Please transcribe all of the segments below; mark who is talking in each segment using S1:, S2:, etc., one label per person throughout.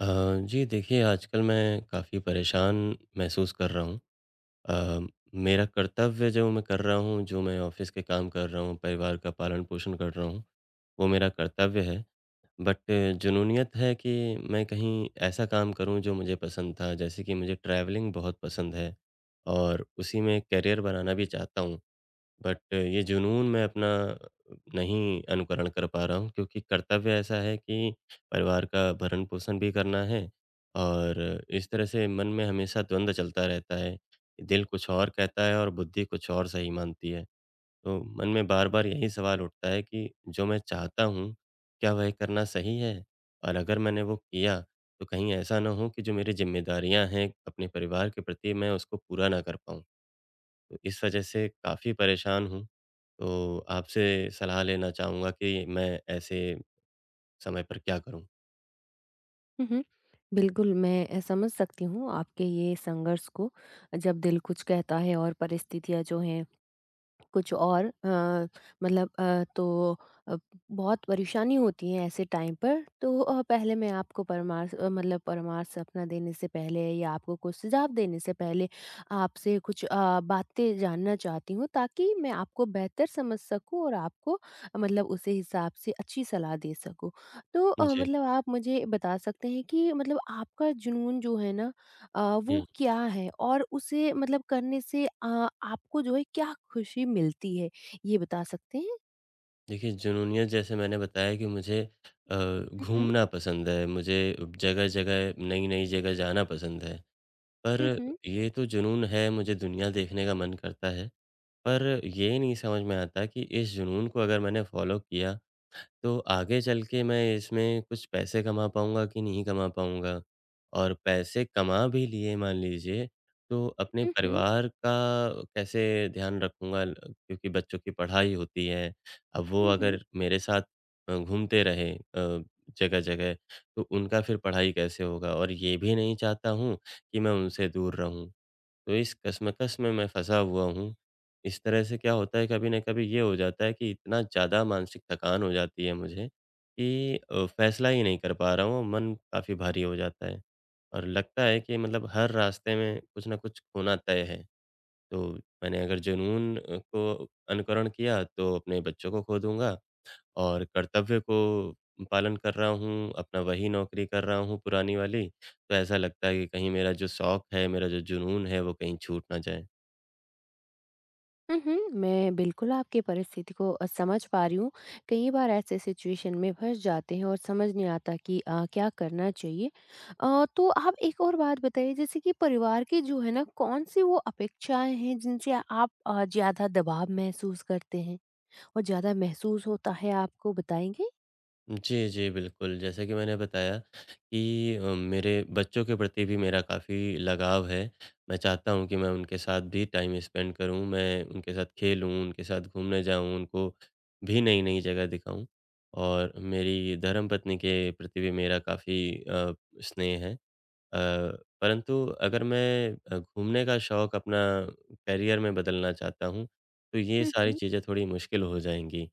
S1: अ, जी देखिए, आजकल मैं काफ़ी परेशान महसूस कर रहा हूँ। अ, मेरा कर्तव्य जो मैं कर रहा हूँ, जो मैं ऑफ़िस के काम कर रहा हूँ, परिवार का पालन-पोषण कर रहा हूँ, वो मेरा कर्तव्य है। बट जुनूनियत है कि मैं कहीं ऐसा काम करूँ जो मुझे पसंद था, जैसे कि मुझे ट्रैवलिंग बहुत पसंद है और उसी में करियर बनाना भी चाहता हूँ। बट ये जुनून मैं अपना नहीं अनुकरण कर पा रहा हूँ क्योंकि कर्तव्य ऐसा है कि परिवार का भरण-पोषण भी करना है और इस तरह से मन में हमेशा द्वंद चलता रहता है। दिल कुछ और कहता है और बुद्धि कुछ और सही मानती है। तो मन में बार-बार यही सवाल उठता है कि जो मैं चाहता हूँ, क्या वह करना सही है? और अगर मैंने वो किया, तो कहीं ऐसा ना हो कि जो मेरी ज़िम्मेदारियाँ हैं अपने परिवार के प्रति, मैं उसको पूरा ना कर पाऊँ। तो इस वजह से काफ़ी परेशान हूँ। तो आपसे सलाह लेना चाहूँगा कि मैं ऐसे समय पर क्या करूँ?
S2: हुँ, हुँ। बिल्कुल, मैं समझ सकती हूँ आपके ये संघर्ष को जब दिल कुछ कहता है और परिस्थितियाँ जो हैं कुछ और तो अ, बहुत परेशानी होती है ऐसे टाइम पर तो पहले मैं आपको परामर्श मतलब परामर्श अपना देने से पहले या आपको कुछ सुझाव देने से पहले आपसे कुछ बातें जानना चाहती हूँ ताकि मैं आपको बेहतर समझ सकूँ और आपको मतलब उसी हिसाब से अच्छी सलाह दे सकूँ। तो
S1: जी।
S2: मतलब आप मुझे बता सकते हैं कि मतलब आपका जुनून जो है ना अ, वो
S1: हुँ।
S2: क्या है? और उसे मतलब करने से आपको जो है क्या खुशी मिलती है? ये बता सकते हैं?
S1: देखिए जुनूनियत जैसे मैंने बताया कि मुझे अ,
S2: हुँ, हुँ।
S1: घूमना पसंद है, मुझे जगह-जगह, नई-नई जगह जाना पसंद है। पर
S2: हुँ, हुँ।
S1: ये तो जुनून है, मुझे दुनिया देखने का मन करता है, पर ये नहीं समझ में आता कि इस जुनून को अगर मैंने फ़ॉलो किया तो आगे चल के मैं इसमें कुछ पैसे कमा पाऊँगा कि नहीं कमा पाऊँगा? और पैसे कमा भी लिए मान लीजिए, तो अपने
S2: हुँ, हुँ।
S1: परिवार का कैसे ध्यान रखूँगा? ल क्योंकि बच्चों की पढ़ाई होती है, अब वो
S2: हुँ, हुँ।
S1: अगर मेरे साथ घूमते रहे जगह-जगह, तो उनका फिर पढ़ाई कैसे होगा? और ये भी नहीं चाहता हूँ कि मैं उनसे दूर रहूँ। तो इस कशमकश में मैं फँसा हुआ हूँ। इस तरह से क्या होता है कभी न कभी ये हो जाता है कि इतना ज़्यादा मानसिक थकान हो जाती है मुझे कि फैसला ही नहीं कर पा रहा हूँ, मन काफ़ी भारी हो जाता है। और लगता है कि मतलब हर रास्ते में कुछ न कुछ खोना तय है। तो मैंने अगर जुनून को अनुकरण किया तो अपने बच्चों को खो दूँगा। और कर्तव्य को पालन कर रहा हूँ, अपना वही नौकरी कर रहा हूँ पुरानी वाली, तो ऐसा लगता है कि कहीं मेरा जो शौक है, मेरा जो जुनून है, वो कहीं छूट ना जाए।
S2: हुँ, हुँ। मैं बिल्कुल आपकी परिस्थिति को समझ पा रही हूँ। कई बार ऐसे सिचुएशन में फँस जाते हैं और समझ नहीं आता कि क्या करना चाहिए। तो आप एक और बात बताइए जैसे कि परिवार की जो है ना कौन-सी वो अपेक्षाएँ हैं जिनसे आप ज़्यादा दबाव महसूस करते हैं और ज़्यादा महसूस होता है आपको बताएँगे?
S1: जी, जी, बिल्कुल। जैसा कि मैंने बताया कि मेरे बच्चों के प्रति भी मेरा काफ़ी लगाव है। मैं चाहता हूँ कि मैं उनके साथ भी टाइम स्पेंड करूँ, मैं उनके साथ खेलूँ, उनके साथ घूमने जाऊँ, उनको भी नई-नई जगह दिखाऊँ और मेरी धर्मपत्नी के प्रति भी मेरा काफ़ी स्नेह है। अ, परंतु अगर मैं घूमने का शौक अपना करियर में बदलना चाहता हूँ, तो ये
S2: हुँ,
S1: सारी
S2: हुँ।
S1: चीज़ें थोड़ी मुश्किल हो जाएँगी।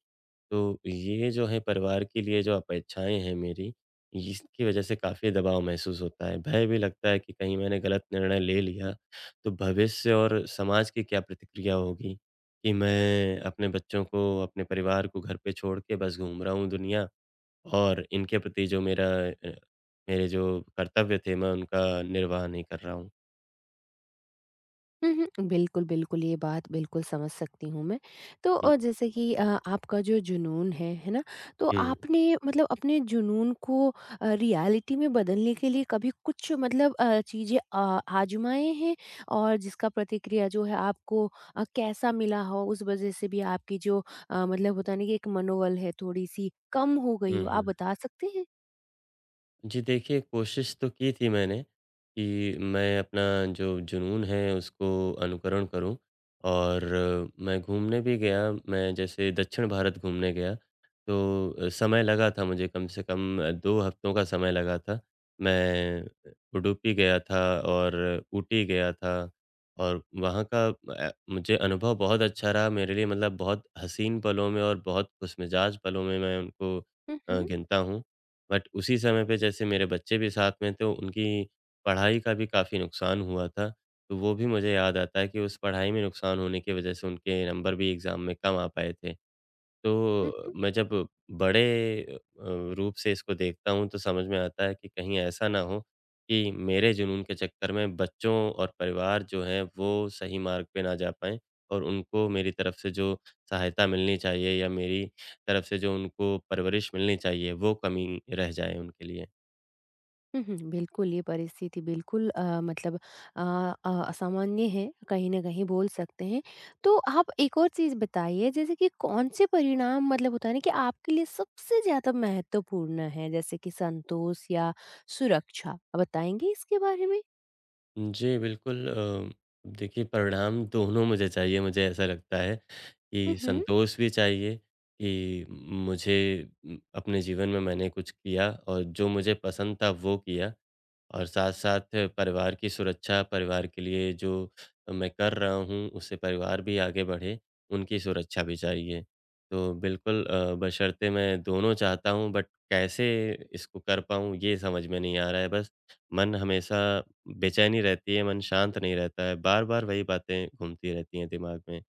S1: तो ये जो है परिवार के लिए जो अपेक्षाएँ हैं मेरी, इसकी वजह से काफ़ी दबाव महसूस होता है। भय भी लगता है कि कहीं मैंने गलत निर्णय ले लिया, तो भविष्य और समाज की क्या प्रतिक्रिया होगी? कि मैं अपने बच्चों को, अपने परिवार को घर पे छोड़ के बस घूम रहा हूँ दुनिया और इनके प्रति जो मेरा मेरे जो कर्तव्य थे मैं उनका निर्वाह नहीं कर रहा हूँ।
S2: हुँ, हुँ। बिल्कुल, बिल्कुल, ये बात बिल्कुल समझ सकती हूँ मैं। तो
S1: हुँ,
S2: जैसे कि आपका जो जुनून है ना? तो
S1: हुँ,
S2: आपने मतलब अपने जुनून को रियलिटी में बदलने के लिए कभी कुछ चीज़ें आज़माए हैं? और जिसका प्रतिक्रिया जो है आपको कैसा मिला हो? उस वज़ह से भी आपकी जो मतलब होता है ना कि एक मनोबल है थोड़ी-सी कम हो गई
S1: हुँ,
S2: हो, आप
S1: हुँ।
S2: बता सकते हैं?
S1: जी देखिए, कोशिश तो की थी मैंने कि मैं अपना जो जुनून है उसको अनुकरण करूँ और मैं घूमने भी गया। मैं जैसे दक्षिण भारत घूमने गया तो समय लगा था मुझे कम से कम 2 हफ्तों का समय लगा था। मैं उडुपी गया था और ऊटी गया था और वहाँ का मुझे अनुभव बहुत अच्छा रहा मेरे लिए मतलब बहुत हसीन पलों में और बहुत खुशमिज़ाज पलों में मैं उनको
S2: हुँ, हुँ।
S1: गिनता हूँ। बट उसी समय पे जैसे मेरे बच्चे भी साथ में थे, उनकी पढ़ाई का भी काफ़ी नुकसान हुआ था। तो वो भी मुझे याद आता है कि उस पढ़ाई में नुकसान होने की वज़ह से उनके नंबर भी एग्ज़ाम में कम आ पाए थे। तो
S2: हुँ।
S1: मैं जब बड़े अ, रूप से इसको देखता हूँ तो समझ में आता है कि कहीं ऐसा ना हो कि मेरे जुनून के चक्कर में बच्चों और परिवार जो हैं वो सही मार्ग पे ना जा पाएँ और उनको मेरी तरफ से जो सहायता मिलनी चाहिए या मेरी तरफ से जो उनको परवरिश मिलनी चाहिए वो कमी रह जाए उनके लिए।
S2: हुँ, हुँ। बिल्कुल, ये परिस्थिति बिल्कुल अ असामान्य है, कहीं न कहीं बोल सकते हैं। तो आप एक और चीज़ बताइए जैसे कि कौन से परिणाम मतलब होता है ना कि आपके लिए सबसे ज़्यादा महत्वपूर्ण है, जैसे कि संतोष या सुरक्षा? बताएँगे इसके बारे में?
S1: जी, बिल्कुल देखिए परिणाम दोनों मुझे चाहिए, मुझे ऐसा लगता है
S2: हुँ,
S1: कि
S2: हुँ।
S1: संतोष भी चाहिए कि मुझे अपने जीवन में मैंने कुछ किया और जो मुझे पसंद था वो किया और साथ-साथ परिवार की सुरक्षा, परिवार के लिए जो मैं कर रहा हूँ, उससे परिवार भी आगे बढ़े, उनकी सुरक्षा भी चाहिए। तो बिल्कुल बशर्ते मैं दोनों चाहता हूँ बट कैसे इसको कर पाऊँ, ये समझ में नहीं आ रहा है बस। मन हमेशा बेचैनी रहती है, मन शांत नहीं रहता है, बार-बार वही बातें घूमती रहती हैं दिमाग में।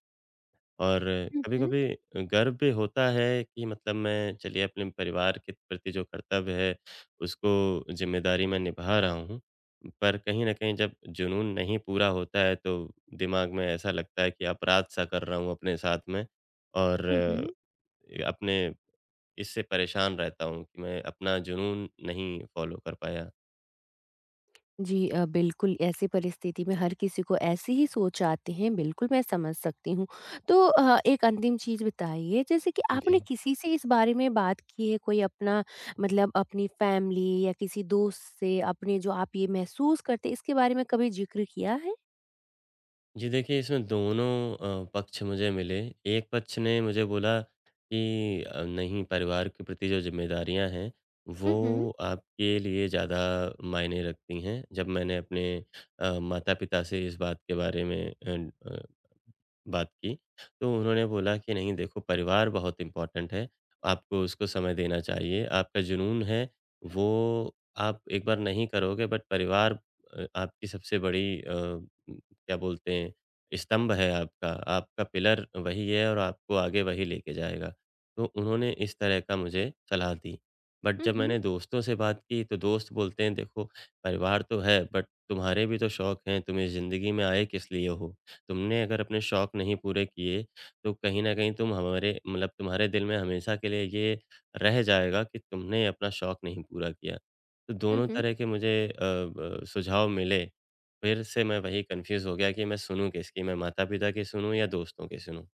S1: और
S2: हुँ, हुँ।
S1: कभी-कभी गर्व भी होता है कि मतलब मैं चलिए अपने परिवार के प्रति जो कर्तव्य है, उसको ज़िम्मेदारी मैं निभा रहा हूँ। पर कहीं न कहीं जब जुनून नहीं पूरा होता है तो दिमाग में ऐसा लगता है कि अपराध-सा कर रहा हूँ अपने साथ में और
S2: हुँ, हुँ।
S1: अपने इससे परेशान रहता हूँ कि मैं अपना जुनून नहीं फ़ॉलो कर पाया।
S2: जी, बिल्कुल, ऐसी परिस्थिति में हर किसी को ऐसी ही सोच आती हैं, बिल्कुल मैं समझ सकती हूँ। तो एक अंतिम चीज़ बताइए जैसे कि
S1: जी।
S2: आपने किसी से इस बारे में बात की है, कोई अपना मतलब अपनी फैमिली या किसी दोस्त से अपने जो आप ये महसूस करते हैं इसके बारे में कभी ज़िक्र किया है?
S1: जी देखिए, इसमें दोनों पक्ष मुझे मिले। एक पक्ष ने मुझे बोला कि नहीं परिवार के प्रति जो ज़िम्मेदारियाँ हैं,
S2: हुँ, हुँ।
S1: वो आपके लिए ज़्यादा मायने रखती हैं। जब मैंने अपने माता-पिता से इस बात के बारे में अन अ बात की, तो उन्होंने बोला कि नहीं देखो परिवार बहुत इम्पोर्टेंट है, आपको उसको समय देना चाहिए, आपका जुनून है वो आप एक बार नहीं करोगे बट परिवार आपकी सबसे बड़ी क्या बोलते हैं स्तंभ है आपका, आपका पिलर वही है और आपको आगे वही लेके जाएगा। तो उन्होंने इस तरह का मुझे सलाह दी। बट
S2: हुँ,
S1: जब
S2: हुँ।
S1: मैंने दोस्तों से बात की तो दोस्त बोलते हैं देखो परिवार तो है बट तुम्हारे भी तो शौक हैं, तुम इस ज़िंदगी में आए किस लिए हो? तुमने अगर अपने शौक नहीं पूरे किए, तो कहीं न कहीं तुम हमारे मतलब तुम्हारे दिल में हमेशा के लिए ये रह जाएगा कि तुमने अपना शौक नहीं पूरा किया। तो
S2: हुँ,
S1: दोनों
S2: हुँ।
S1: तरह के मुझे अ, ब सुझाव मिले, फिर से मैं वही कन्फ्यूज़ हो गया कि मैं सुनूँ किसकी? मैं माता-पिता की सुनूँ या दोस्तों की सुनूँ?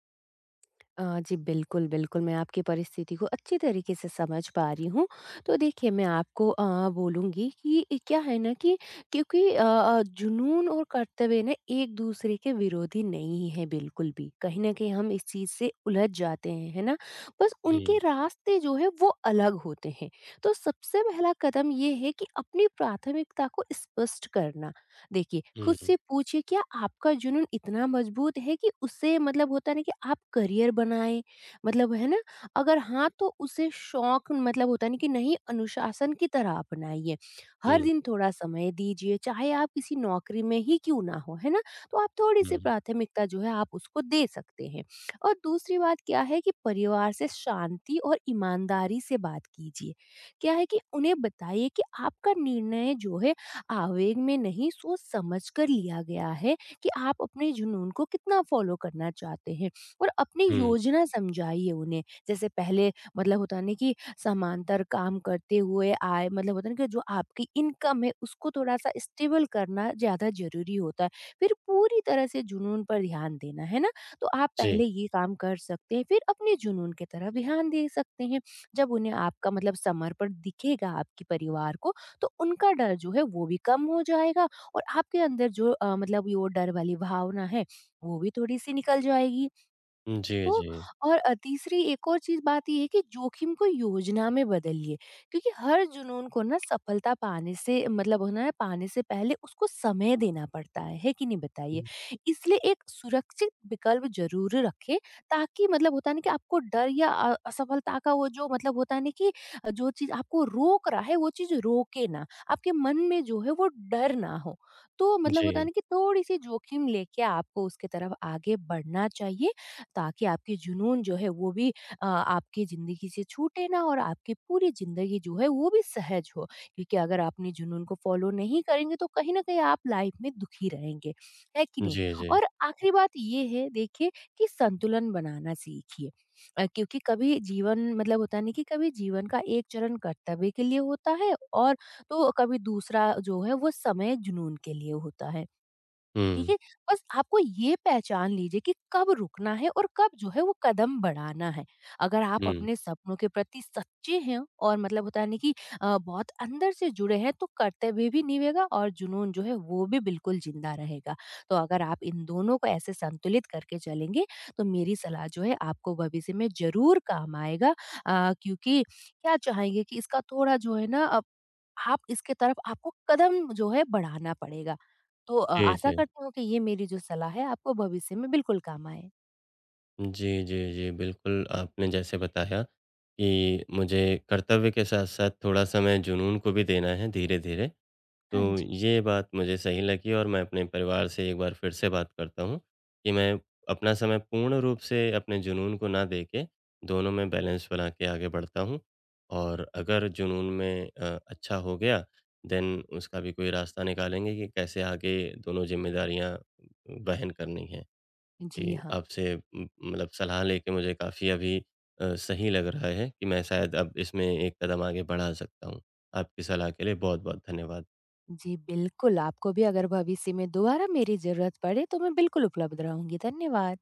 S2: अ, जी, बिल्कुल, बिल्कुल, मैं आपकी परिस्थिति को अच्छी तरीके से समझ पा रही हूँ। तो देखिए, मैं आपको बोलूँगी कि क्या है ना कि क्योंकि जुनून और कर्तव्य ना एक-दूसरे के विरोधी नहीं हैं बिल्कुल भी। कहीं न कहीं हम इस चीज़ से उलझ जाते हैं, है ना? बस
S1: हुँ,
S2: उनके रास्ते जो हैं, वो अलग होते हैं। तो सबसे पहला कदम ये है कि अपनी प्राथमिकता को स्पष्ट करना। देखिए, खुद
S1: हुँ,
S2: से पूछिए क्या आपका जुनून इतना मजबूत है कि उससे मतलब होता है ना कि आप करियर बनाएँ? मतलब है ना? अगर हाँ, तो उसे शौक मतलब होता है ना कि नहीं अनुशासन की तरह अपनाइए। हर
S1: हुँ,
S2: दिन थोड़ा समय दीजिए, चाहे आप किसी नौकरी में ही क्यों ना हो, है ना? तो आप थोड़ी-सी
S1: हुँ,
S2: प्राथमिकता जो है आप उसको दे सकते हैं। और दूसरी बात क्या है कि परिवार से शांति और ईमानदारी से बात कीजिए। क्या है कि उन्हें बताइए कि आपका निर्णय जो है आवेग में नहीं सोच समझ कर लिया गया है कि आप अपने जुनून को कितना फॉलो करना चाहते हैं और अपनी
S1: हुँ।
S2: योजना समझाइए उन्हें। जैसे पहले मतलब होता है ना कि समांतर काम करते हुए आय मतलब होता है ना कि जो आपकी इनकम है उसको थोड़ा सा स्टेबल करना ज़्यादा ज़रूरी होता है, फिर पूरी तरह से जुनून पर ध्यान देना है ना। तो आप
S1: जी।
S2: पहले ये काम कर सकते हैं फिर अपने जुनून की तरफ ध्यान दे सकते हैं। जब उन्हें आपका मतलब समर्पण दिखेगा आपके परिवार को तो उनका डर जो है वो भी कम हो जाएगा और आपके अंदर जो मतलब ये वो डर वाली भावना है वो भी थोड़ी सी निकल जाएगी।
S1: जी,
S2: तो
S1: जी।
S2: और तीसरी एक और चीज़ बात ये है कि जोखिम को योजना में बदलिए क्योंकि हर जुनून को ना सफलता पाने से मतलब होना है पाने से पहले उसको समय देना पड़ता है कि नहीं बताइए?
S1: हुँ,
S2: इसलिए एक सुरक्षित विकल्प ज़रूर रखें ताकि मतलब होता है ना कि आपको डर या असफलता का वो जो मतलब होता है ना कि जो चीज़ आपको रोक रहा है वो चीज़ रोके ना, आपके मन में जो है वो डर ना हो। तो मतलब होता है
S1: जी।
S2: ना कि थोड़ी-सी जोखिम लेके आपको उसकी तरफ आगे बढ़ना चाहिए ताकि आपके जुनून जो है वो भी आपकी ज़िंदगी से छूटे ना और आपकी पूरी ज़िंदगी जो है वो भी सहज हो। क्योंकि अगर आप अपने जुनून को फ़ॉलो नहीं करेंगे तो कहीं न कहीं आप लाइफ़ में दुखी रहेंगे, है कि नहीं?
S1: जी, जी।
S2: और आखिरी बात ये है देखिए कि संतुलन बनाना सीखिए क्योंकि कभी जीवन मतलब होता नहीं कि कभी जीवन का एक चरण कर्तव्य के लिए होता है और तो कभी दूसरा जो है वो समय जुनून के लिए होता है। ठीक
S1: हुँ,
S2: है? बस आपको ये पहचान लीजिए कि कब रुकना है और कब जो है वो कदम बढ़ाना है। अगर आप
S1: हुँ।
S2: अपने सपनों के प्रति सच्चे हैं और मतलब होता है ना कि बहुत अंदर से जुड़े हैं तो कर्तव्य भी निभेगा और जुनून जो है वो भी बिल्कुल जिंदा रहेगा। तो अगर आप इन दोनों को ऐसे संतुलित करके चलेंगे तो मेरी सलाह जो है आपको भविष्य में ज़रूर काम आएगा। क्योंकि क्या चाहेंगे कि इसका थोड़ा जो है ना आप इसके तरफ आपको कदम जो है बढ़ाना पड़ेगा। तो
S1: जी,
S2: आशा
S1: जी।
S2: करती हूँ कि ये मेरी जो सलाह है आपको भविष्य में बिल्कुल काम आए।
S1: जी, जी, जी। बिल्कुल, आपने जैसे बताया कि मुझे कर्तव्य के साथ-साथ थोड़ा समय जुनून को भी देना है धीरे-धीरे,
S2: हाँ
S1: तो
S2: जी।
S1: ये बात मुझे सही लगी और मैं अपने परिवार से एक बार फिर से बात करता हूँ कि मैं अपना समय पूर्ण रूप से अपने जुनून को ना दे के, दोनों में बैलेंस बना के आगे बढ़ता हूँ और अगर जुनून में अच्छा हो गया, देन उसका भी कोई रास्ता निकालेंगे कि कैसे आगे दोनों ज़िम्मेदारियाँ वहन करनी है।
S2: जी
S1: जी,
S2: हाँ।
S1: आपसे मतलब सलाह लेके मुझे काफ़ी अभी सही लग रहा है कि मैं शायद अब इसमें एक कदम आगे बढ़ा सकता हूँ। आपकी सलाह के लिए बहुत-बहुत धन्यवाद।
S2: जी बिल्कुल, आपको भी अगर भविष्य में दोबारा मेरी ज़रूरत पड़े तो मैं बिल्कुल उपलब्ध रहूँगी। धन्यवाद।